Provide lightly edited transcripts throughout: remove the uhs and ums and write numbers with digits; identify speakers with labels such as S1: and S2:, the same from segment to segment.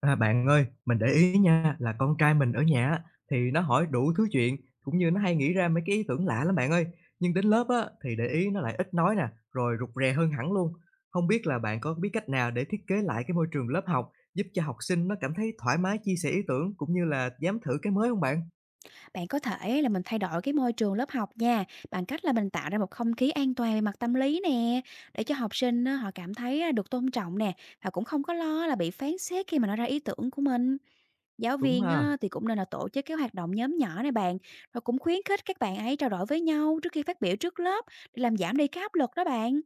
S1: À, bạn ơi, mình để ý nha là con trai mình ở nhà á, thì nó hỏi đủ thứ chuyện cũng như nó hay nghĩ ra mấy cái ý tưởng lạ lắm bạn ơi. Nhưng đến lớp á thì để ý nó lại ít nói nè, rồi rụt rè hơn hẳn luôn. Không biết là bạn có biết cách nào để thiết kế lại cái môi trường lớp học giúp cho học sinh nó cảm thấy thoải mái chia sẻ ý tưởng cũng như là dám thử cái mới không bạn?
S2: Bạn có thể là mình thay đổi cái môi trường lớp học nha, bằng cách là mình tạo ra một không khí an toàn về mặt tâm lý nè, để cho học sinh á, họ cảm thấy á, được tôn trọng nè, và cũng không có lo là bị phán xét khi mà nói ra ý tưởng của mình. Giáo
S1: Đúng
S2: viên
S1: ha,
S2: á, thì cũng nên là tổ chức cái hoạt động nhóm nhỏ này bạn, rồi cũng khuyến khích các bạn ấy trao đổi với nhau trước khi phát biểu trước lớp để làm giảm đi cái áp lực đó bạn.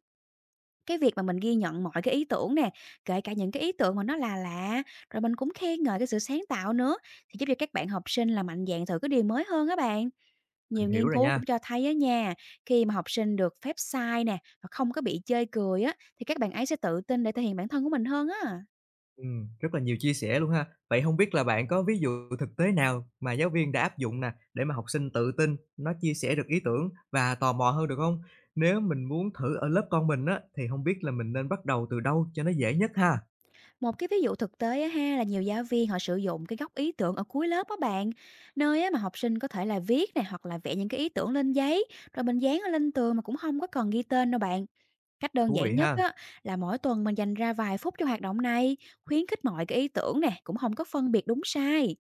S2: Cái việc mà mình ghi nhận mọi cái ý tưởng nè, kể cả những cái ý tưởng mà nó là lạ, rồi mình cũng khen ngợi cái sự sáng tạo nữa, thì giúp cho các bạn học sinh là mạnh dạn thử cái điều mới hơn á bạn.
S1: mình
S2: Nhiều
S1: hiểu
S2: nghiên
S1: rồi
S2: cứu
S1: nha.
S2: cũng cho thấy á nha, khi mà học sinh được phép sai nè, và không có bị chê cười á, thì các bạn ấy sẽ tự tin để thể hiện bản thân của mình hơn á.
S1: Rất là nhiều chia sẻ luôn ha. Vậy không biết là bạn có ví dụ thực tế nào mà giáo viên đã áp dụng nè, để mà học sinh tự tin, nó chia sẻ được ý tưởng và tò mò hơn được không? Nếu mình muốn thử ở lớp con mình á, thì không biết là mình nên bắt đầu từ đâu cho nó dễ nhất ha?
S2: Một cái ví dụ thực tế á ha, là nhiều giáo viên họ sử dụng cái góc ý tưởng ở cuối lớp á bạn, nơi á mà học sinh có thể là viết nè, hoặc là vẽ những cái ý tưởng lên giấy, rồi mình dán ở lên tường mà cũng không có cần ghi tên đâu bạn. Cách đơn
S1: Thú vị
S2: giản nhất
S1: ha,
S2: á, là mỗi tuần mình dành ra vài phút cho hoạt động này, khuyến khích mọi cái ý tưởng nè, cũng không có phân biệt đúng sai.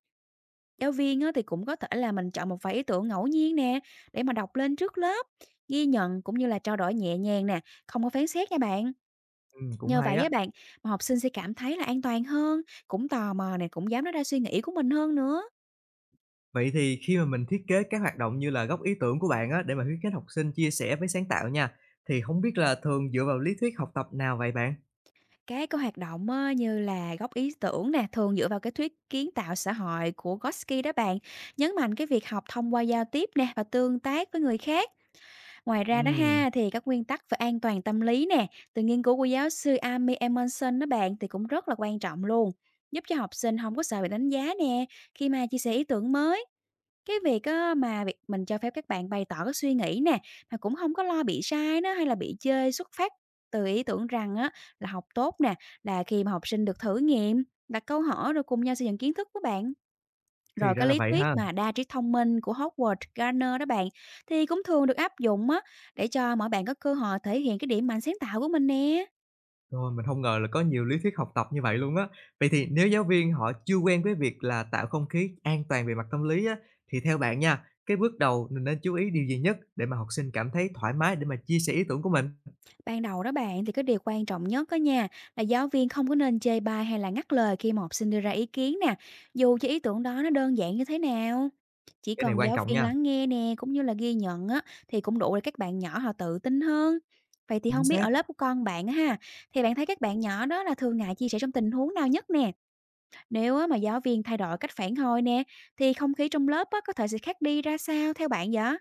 S2: Giáo viên á, thì cũng có thể là mình chọn một vài ý tưởng ngẫu nhiên nè, để mà đọc lên trước lớp, ghi nhận cũng như là trao đổi nhẹ nhàng nè, không có phán xét nha bạn.
S1: cũng
S2: Nhờ
S1: hay
S2: vậy
S1: á.
S2: á bạn, mà học sinh sẽ cảm thấy là an toàn hơn, cũng tò mò nè, cũng dám nói ra suy nghĩ của mình hơn nữa.
S1: Vậy thì khi mà mình thiết kế các hoạt động như là góc ý tưởng của bạn á, để mà khuyến khích học sinh chia sẻ với sáng tạo nha, thì không biết là thường dựa vào lý thuyết học tập nào vậy bạn?
S2: Cái hoạt động á, như là góp ý tưởng nè, thường dựa vào cái thuyết kiến tạo xã hội của Gotsky đó bạn, nhấn mạnh cái việc học thông qua giao tiếp nè và tương tác với người khác. Ngoài ra đó
S1: Ừm,
S2: ha, thì các nguyên tắc về an toàn tâm lý nè, từ nghiên cứu của giáo sư Amy Emerson đó bạn thì cũng rất là quan trọng luôn, giúp cho học sinh không có sợ bị đánh giá nè khi mà chia sẻ ý tưởng mới. Cái việc á mà việc mình cho phép các bạn bày tỏ cái suy nghĩ nè, mà cũng không có lo bị sai đó, hay là bị chê xuất phát từ ý tưởng rằng á, là học tốt nè, là khi mà học sinh được thử nghiệm, đặt câu hỏi rồi cùng nhau xây dựng kiến thức đó bạn.
S1: thì
S2: Rồi
S1: ra
S2: cái
S1: là
S2: lý
S1: vậy
S2: thuyết
S1: ha.
S2: mà đa trí thông minh của Howard Gardner đó bạn, thì cũng thường được áp dụng á, để cho mọi bạn có cơ hội thể hiện cái điểm mạnh sáng tạo của mình nè.
S1: Rồi, mình không ngờ là có nhiều lý thuyết học tập như vậy luôn á. Vậy thì nếu giáo viên họ chưa quen với việc là tạo không khí an toàn về mặt tâm lý á, thì theo bạn nha, cái bước đầu mình nên chú ý điều gì nhất để mà học sinh cảm thấy thoải mái để mà chia sẻ ý tưởng của mình?
S2: Ban đầu đó bạn thì cái điều quan trọng nhất đó nha, là giáo viên không có nên chê bai hay là ngắt lời khi mà học sinh đưa ra ý kiến nè, dù cho ý tưởng đó nó đơn giản như thế nào. Chỉ
S1: Cái này
S2: cần
S1: quan
S2: giáo
S1: trọng
S2: viên
S1: nha.
S2: lắng nghe nè cũng như là ghi nhận á, thì cũng đủ để các bạn nhỏ họ tự tin hơn. Vậy thì
S1: Chính
S2: không biết
S1: xác.
S2: ở lớp của con bạn á ha, thì bạn thấy các bạn nhỏ đó là thường ngại chia sẻ trong tình huống nào nhất nè. Nếu á, mà giáo viên thay đổi cách phản hồi nè, thì không khí trong lớp á, có thể sẽ khác đi ra sao theo bạn vậy?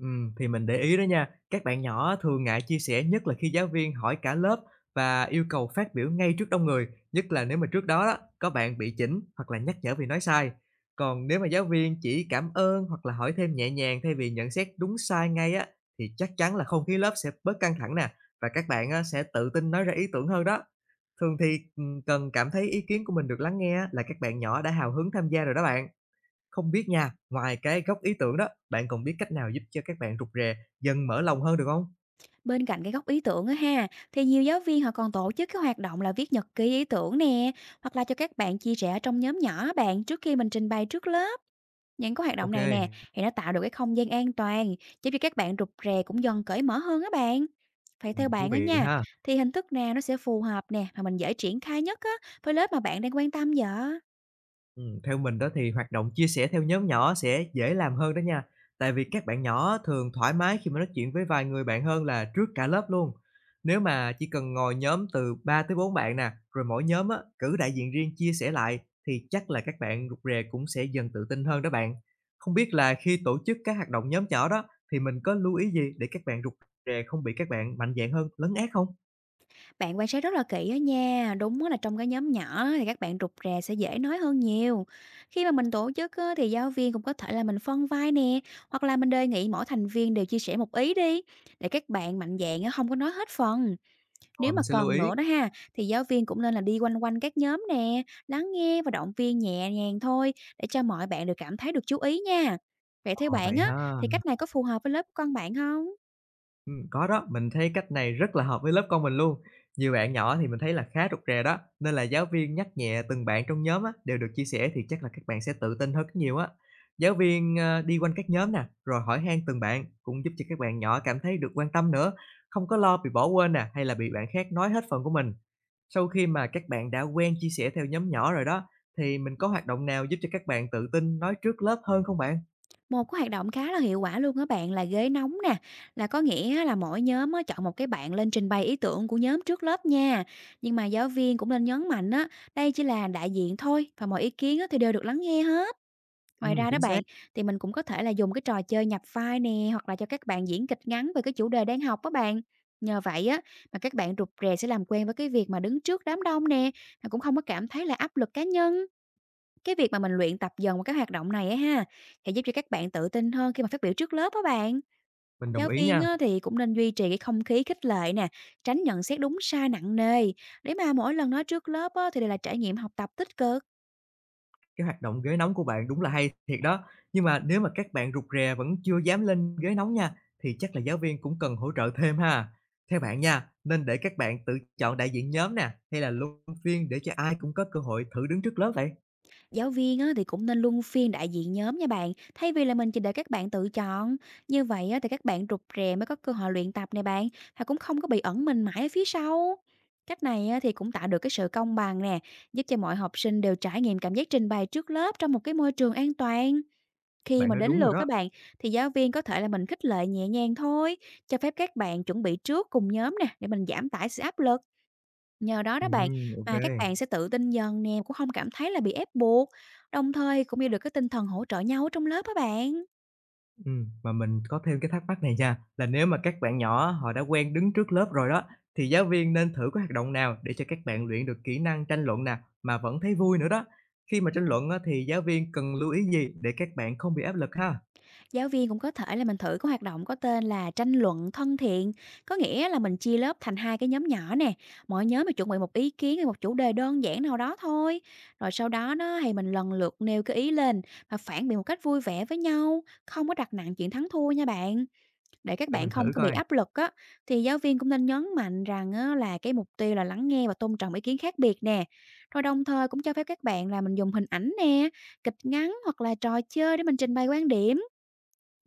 S1: Thì mình để ý đó nha, các bạn nhỏ thường ngại chia sẻ nhất là khi giáo viên hỏi cả lớp và yêu cầu phát biểu ngay trước đông người, nhất là nếu mà trước đó đó, có bạn bị chỉnh hoặc là nhắc nhở vì nói sai. Còn nếu mà giáo viên chỉ cảm ơn hoặc là hỏi thêm nhẹ nhàng thay vì nhận xét đúng sai ngay á, thì chắc chắn là không khí lớp sẽ bớt căng thẳng nè và các bạn á, sẽ tự tin nói ra ý tưởng hơn đó. Thường thì cần cảm thấy ý kiến của mình được lắng nghe á, là các bạn nhỏ đã hào hứng tham gia rồi đó bạn. Không biết nha, ngoài cái gốc ý tưởng đó, bạn còn biết cách nào giúp cho các bạn rụt rè, dần mở lòng hơn được không?
S2: Bên cạnh cái góc ý tưởng á ha, thì nhiều giáo viên họ còn tổ chức cái hoạt động là viết nhật ký ý tưởng nè, hoặc là cho các bạn chia sẻ trong nhóm nhỏ bạn trước khi mình trình bày trước lớp. Những cái hoạt
S1: Ok
S2: động
S1: kê,
S2: này nè, thì nó tạo được cái không gian an toàn, giúp cho các bạn rụt rè cũng dần cởi mở hơn á bạn. Phải theo
S1: thú
S2: bạn á
S1: vị
S2: nha,
S1: ha.
S2: thì hình thức nào nó sẽ phù hợp nè, mà mình dễ triển khai nhất á, với lớp mà bạn đang quan tâm vậy?
S1: Theo mình đó thì hoạt động chia sẻ theo nhóm nhỏ sẽ dễ làm hơn đó nha. Tại vì các bạn nhỏ thường thoải mái khi mà nói chuyện với vài người bạn hơn là trước cả lớp luôn. Nếu mà chỉ cần ngồi nhóm từ 3 tới 4 bạn nè, rồi mỗi nhóm á, cử đại diện riêng chia sẻ lại thì chắc là các bạn rụt rè cũng sẽ dần tự tin hơn đó bạn. Không biết là khi tổ chức các hoạt động nhóm nhỏ đó thì mình có lưu ý gì để các bạn rụt rè không bị các bạn mạnh dạn hơn lấn át không?
S2: Bạn quan sát rất là kỹ á nha, đúng á là trong cái nhóm nhỏ á thì các bạn rụt rè sẽ dễ nói hơn nhiều. Khi mà mình tổ chức á thì giáo viên cũng có thể là mình phân vai nè, hoặc là mình đề nghị mỗi thành viên đều chia sẻ một ý đi, để các bạn mạnh dạn á, không có nói hết phần. Nếu
S1: Rồi mình
S2: mà
S1: sẽ lưu
S2: còn
S1: ý.
S2: nữa đó ha, thì giáo viên cũng nên là đi quanh quanh các nhóm nè, lắng nghe và động viên nhẹ nhàng thôi, để cho mọi bạn đều cảm thấy được chú ý nha. Vậy theo
S1: Ờ,
S2: bạn
S1: vậy
S2: á,
S1: ha.
S2: thì cách này có phù hợp với lớp của con bạn không?
S1: Có đó, mình thấy cách này rất là hợp với lớp con mình luôn. Nhiều bạn nhỏ thì mình thấy là khá rụt rè đó, nên là giáo viên nhắc nhẹ từng bạn trong nhóm á, đều được chia sẻ thì chắc là các bạn sẽ tự tin hơn rất nhiều á. Giáo viên, đi quanh các nhóm nè, rồi hỏi han từng bạn cũng giúp cho các bạn nhỏ cảm thấy được quan tâm nữa, không có lo bị bỏ quên nè, hay là bị bạn khác nói hết phần của mình. Sau khi mà các bạn đã quen chia sẻ theo nhóm nhỏ rồi đó, thì mình có hoạt động nào giúp cho các bạn tự tin nói trước lớp hơn không bạn?
S2: Một cái hoạt động khá là hiệu quả luôn á bạn là ghế nóng nè, là có nghĩa là mỗi nhóm á chọn một cái bạn lên trình bày ý tưởng của nhóm trước lớp nha. Nhưng mà giáo viên cũng nên nhấn mạnh á, đây chỉ là đại diện thôi và mọi ý kiến á thì đều được lắng nghe hết. Ngoài ra đó
S1: Chính xác,
S2: bạn, thì mình cũng có thể là dùng cái trò chơi nhập vai nè, hoặc là cho các bạn diễn kịch ngắn về cái chủ đề đang học đó bạn. Nhờ vậy á, mà các bạn rụt rè sẽ làm quen với cái việc mà đứng trước đám đông nè, mà cũng không có cảm thấy là áp lực cá nhân. Cái việc mà mình luyện tập dần qua các hoạt động này á ha, sẽ giúp cho các bạn tự tin hơn khi mà phát biểu trước lớp á bạn.
S1: mình đồng
S2: Giáo
S1: ý
S2: viên
S1: nha.
S2: á, thì cũng nên duy trì cái không khí khích lệ nè, tránh nhận xét đúng sai nặng nề, để mà mỗi lần nói trước lớp á, thì đều là trải nghiệm học tập tích cực.
S1: Cái hoạt động ghế nóng của bạn đúng là hay thiệt đó. Nhưng mà nếu mà các bạn rụt rè vẫn chưa dám lên ghế nóng nha, thì chắc là giáo viên cũng cần hỗ trợ thêm ha. Theo bạn nha, nên để các bạn tự chọn đại diện nhóm nè, hay là luân phiên để cho ai cũng có cơ hội thử đứng trước lớp vậy?
S2: Giáo viên á, thì cũng nên luân phiên đại diện nhóm nha bạn, thay vì là mình chỉ để các bạn tự chọn. Như vậy á, thì các bạn rụt rè mới có cơ hội luyện tập này bạn, và cũng không có bị ẩn mình mãi ở phía sau. Cách này á, thì cũng tạo được cái sự công bằng nè, giúp cho mọi học sinh đều trải nghiệm cảm giác trình bày trước lớp trong một cái môi trường an toàn. Khi
S1: Bạn
S2: mà
S1: nói
S2: đến
S1: đúng rồi
S2: lượt
S1: đó.
S2: các bạn, thì giáo viên có thể là mình khích lệ nhẹ nhàng thôi, cho phép các bạn chuẩn bị trước cùng nhóm nè, để mình giảm tải sự áp lực. Nhờ đó đó bạn,
S1: OK.
S2: mà các bạn sẽ tự tin dần nè, cũng không cảm thấy là bị ép buộc, đồng thời cũng như được cái tinh thần hỗ trợ nhau ở trong lớp đó bạn.
S1: Mà mình có thêm cái thắc mắc này nha, là nếu mà các bạn nhỏ họ đã quen đứng trước lớp rồi đó, thì giáo viên nên thử cái hoạt động nào để cho các bạn luyện được kỹ năng tranh luận nè, mà vẫn thấy vui nữa đó? Khi mà tranh luận á, thì giáo viên cần lưu ý gì để các bạn không bị áp lực ha?
S2: Giáo viên cũng có thể là mình thử cái hoạt động có tên là tranh luận thân thiện, có nghĩa là mình chia lớp thành hai cái nhóm nhỏ nè, mỗi nhóm mà chuẩn bị một ý kiến hay một chủ đề đơn giản nào đó thôi. Rồi sau đó đó thì mình lần lượt nêu cái ý lên và phản biện một cách vui vẻ với nhau, không có đặt nặng chuyện thắng thua nha bạn. Để các
S1: Để
S2: bạn
S1: mình
S2: không
S1: thử
S2: có bị
S1: coi,
S2: áp lực á, thì giáo viên cũng nên nhấn mạnh rằng á, là cái mục tiêu là lắng nghe và tôn trọng ý kiến khác biệt nè. Rồi đồng thời cũng cho phép các bạn là mình dùng hình ảnh nè, kịch ngắn hoặc là trò chơi để mình trình bày quan điểm,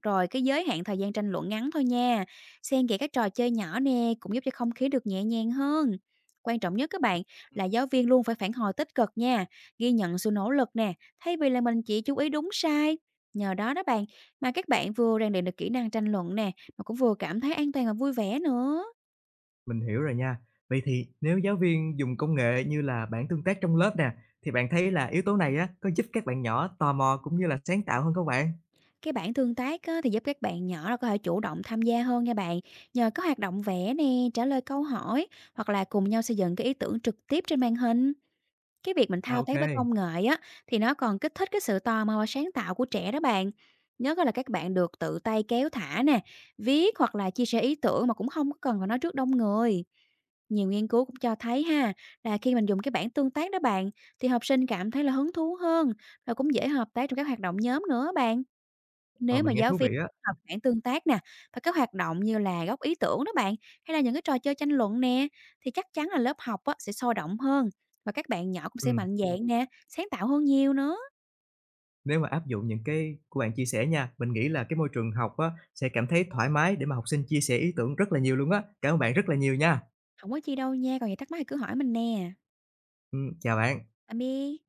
S2: rồi cái giới hạn thời gian tranh luận ngắn thôi nha. Xen kẽ các trò chơi nhỏ nè cũng giúp cho không khí được nhẹ nhàng hơn. Quan trọng nhất các bạn là giáo viên luôn phải phản hồi tích cực nha, ghi nhận sự nỗ lực nè, thay vì là mình chỉ chú ý đúng sai. Nhờ đó đó bạn, mà các bạn vừa rèn luyện được kỹ năng tranh luận nè, mà cũng vừa cảm thấy an toàn và vui vẻ nữa.
S1: mình hiểu rồi nha. Vậy thì nếu giáo viên dùng công nghệ như là bảng tương tác trong lớp nè, thì bạn thấy là yếu tố này á, có giúp các bạn nhỏ tò mò cũng như là sáng tạo hơn không bạn?
S2: Cái bản tương tác á, thì giúp các bạn nhỏ là có thể chủ động tham gia hơn nha bạn. Nhờ có hoạt động vẽ nè, trả lời câu hỏi, hoặc là cùng nhau xây dựng cái ý tưởng trực tiếp trên màn hình. Cái việc mình
S1: À,
S2: thao
S1: ok
S2: tác với
S1: kê,
S2: công nghệ á, thì nó còn kích thích cái sự tò mò và sáng tạo của trẻ đó bạn. Nhớ coi là các bạn được tự tay kéo thả nè, viết hoặc là chia sẻ ý tưởng mà cũng không có cần phải nói trước đông người. Nhiều nghiên cứu cũng cho thấy ha, là khi mình dùng cái bảng tương tác đó bạn, thì học sinh cảm thấy là hứng thú hơn, rồi cũng dễ hợp tác trong các hoạt động nhóm nữa bạn.
S1: ờ,
S2: Nếu mà
S1: mình nghe
S2: giáo
S1: thú vị
S2: viên
S1: á.
S2: học mảng tương tác nè, và các hoạt động như là góc ý tưởng đó bạn, hay là những cái trò chơi tranh luận nè, thì chắc chắn là lớp học á, sẽ sôi động hơn và các bạn nhỏ cũng sẽ
S1: Ừm.
S2: mạnh dạn nè, sáng tạo hơn nhiều nữa.
S1: Nếu mà áp dụng những cái của bạn chia sẻ nha, mình nghĩ là cái môi trường học á sẽ cảm thấy thoải mái để mà học sinh chia sẻ ý tưởng rất là nhiều luôn á. Cảm ơn bạn rất là nhiều nha.
S2: Không có chi đâu nha, còn gì thắc mắc thì cứ hỏi mình nè.
S1: Chào bạn.
S2: Tạm biệt.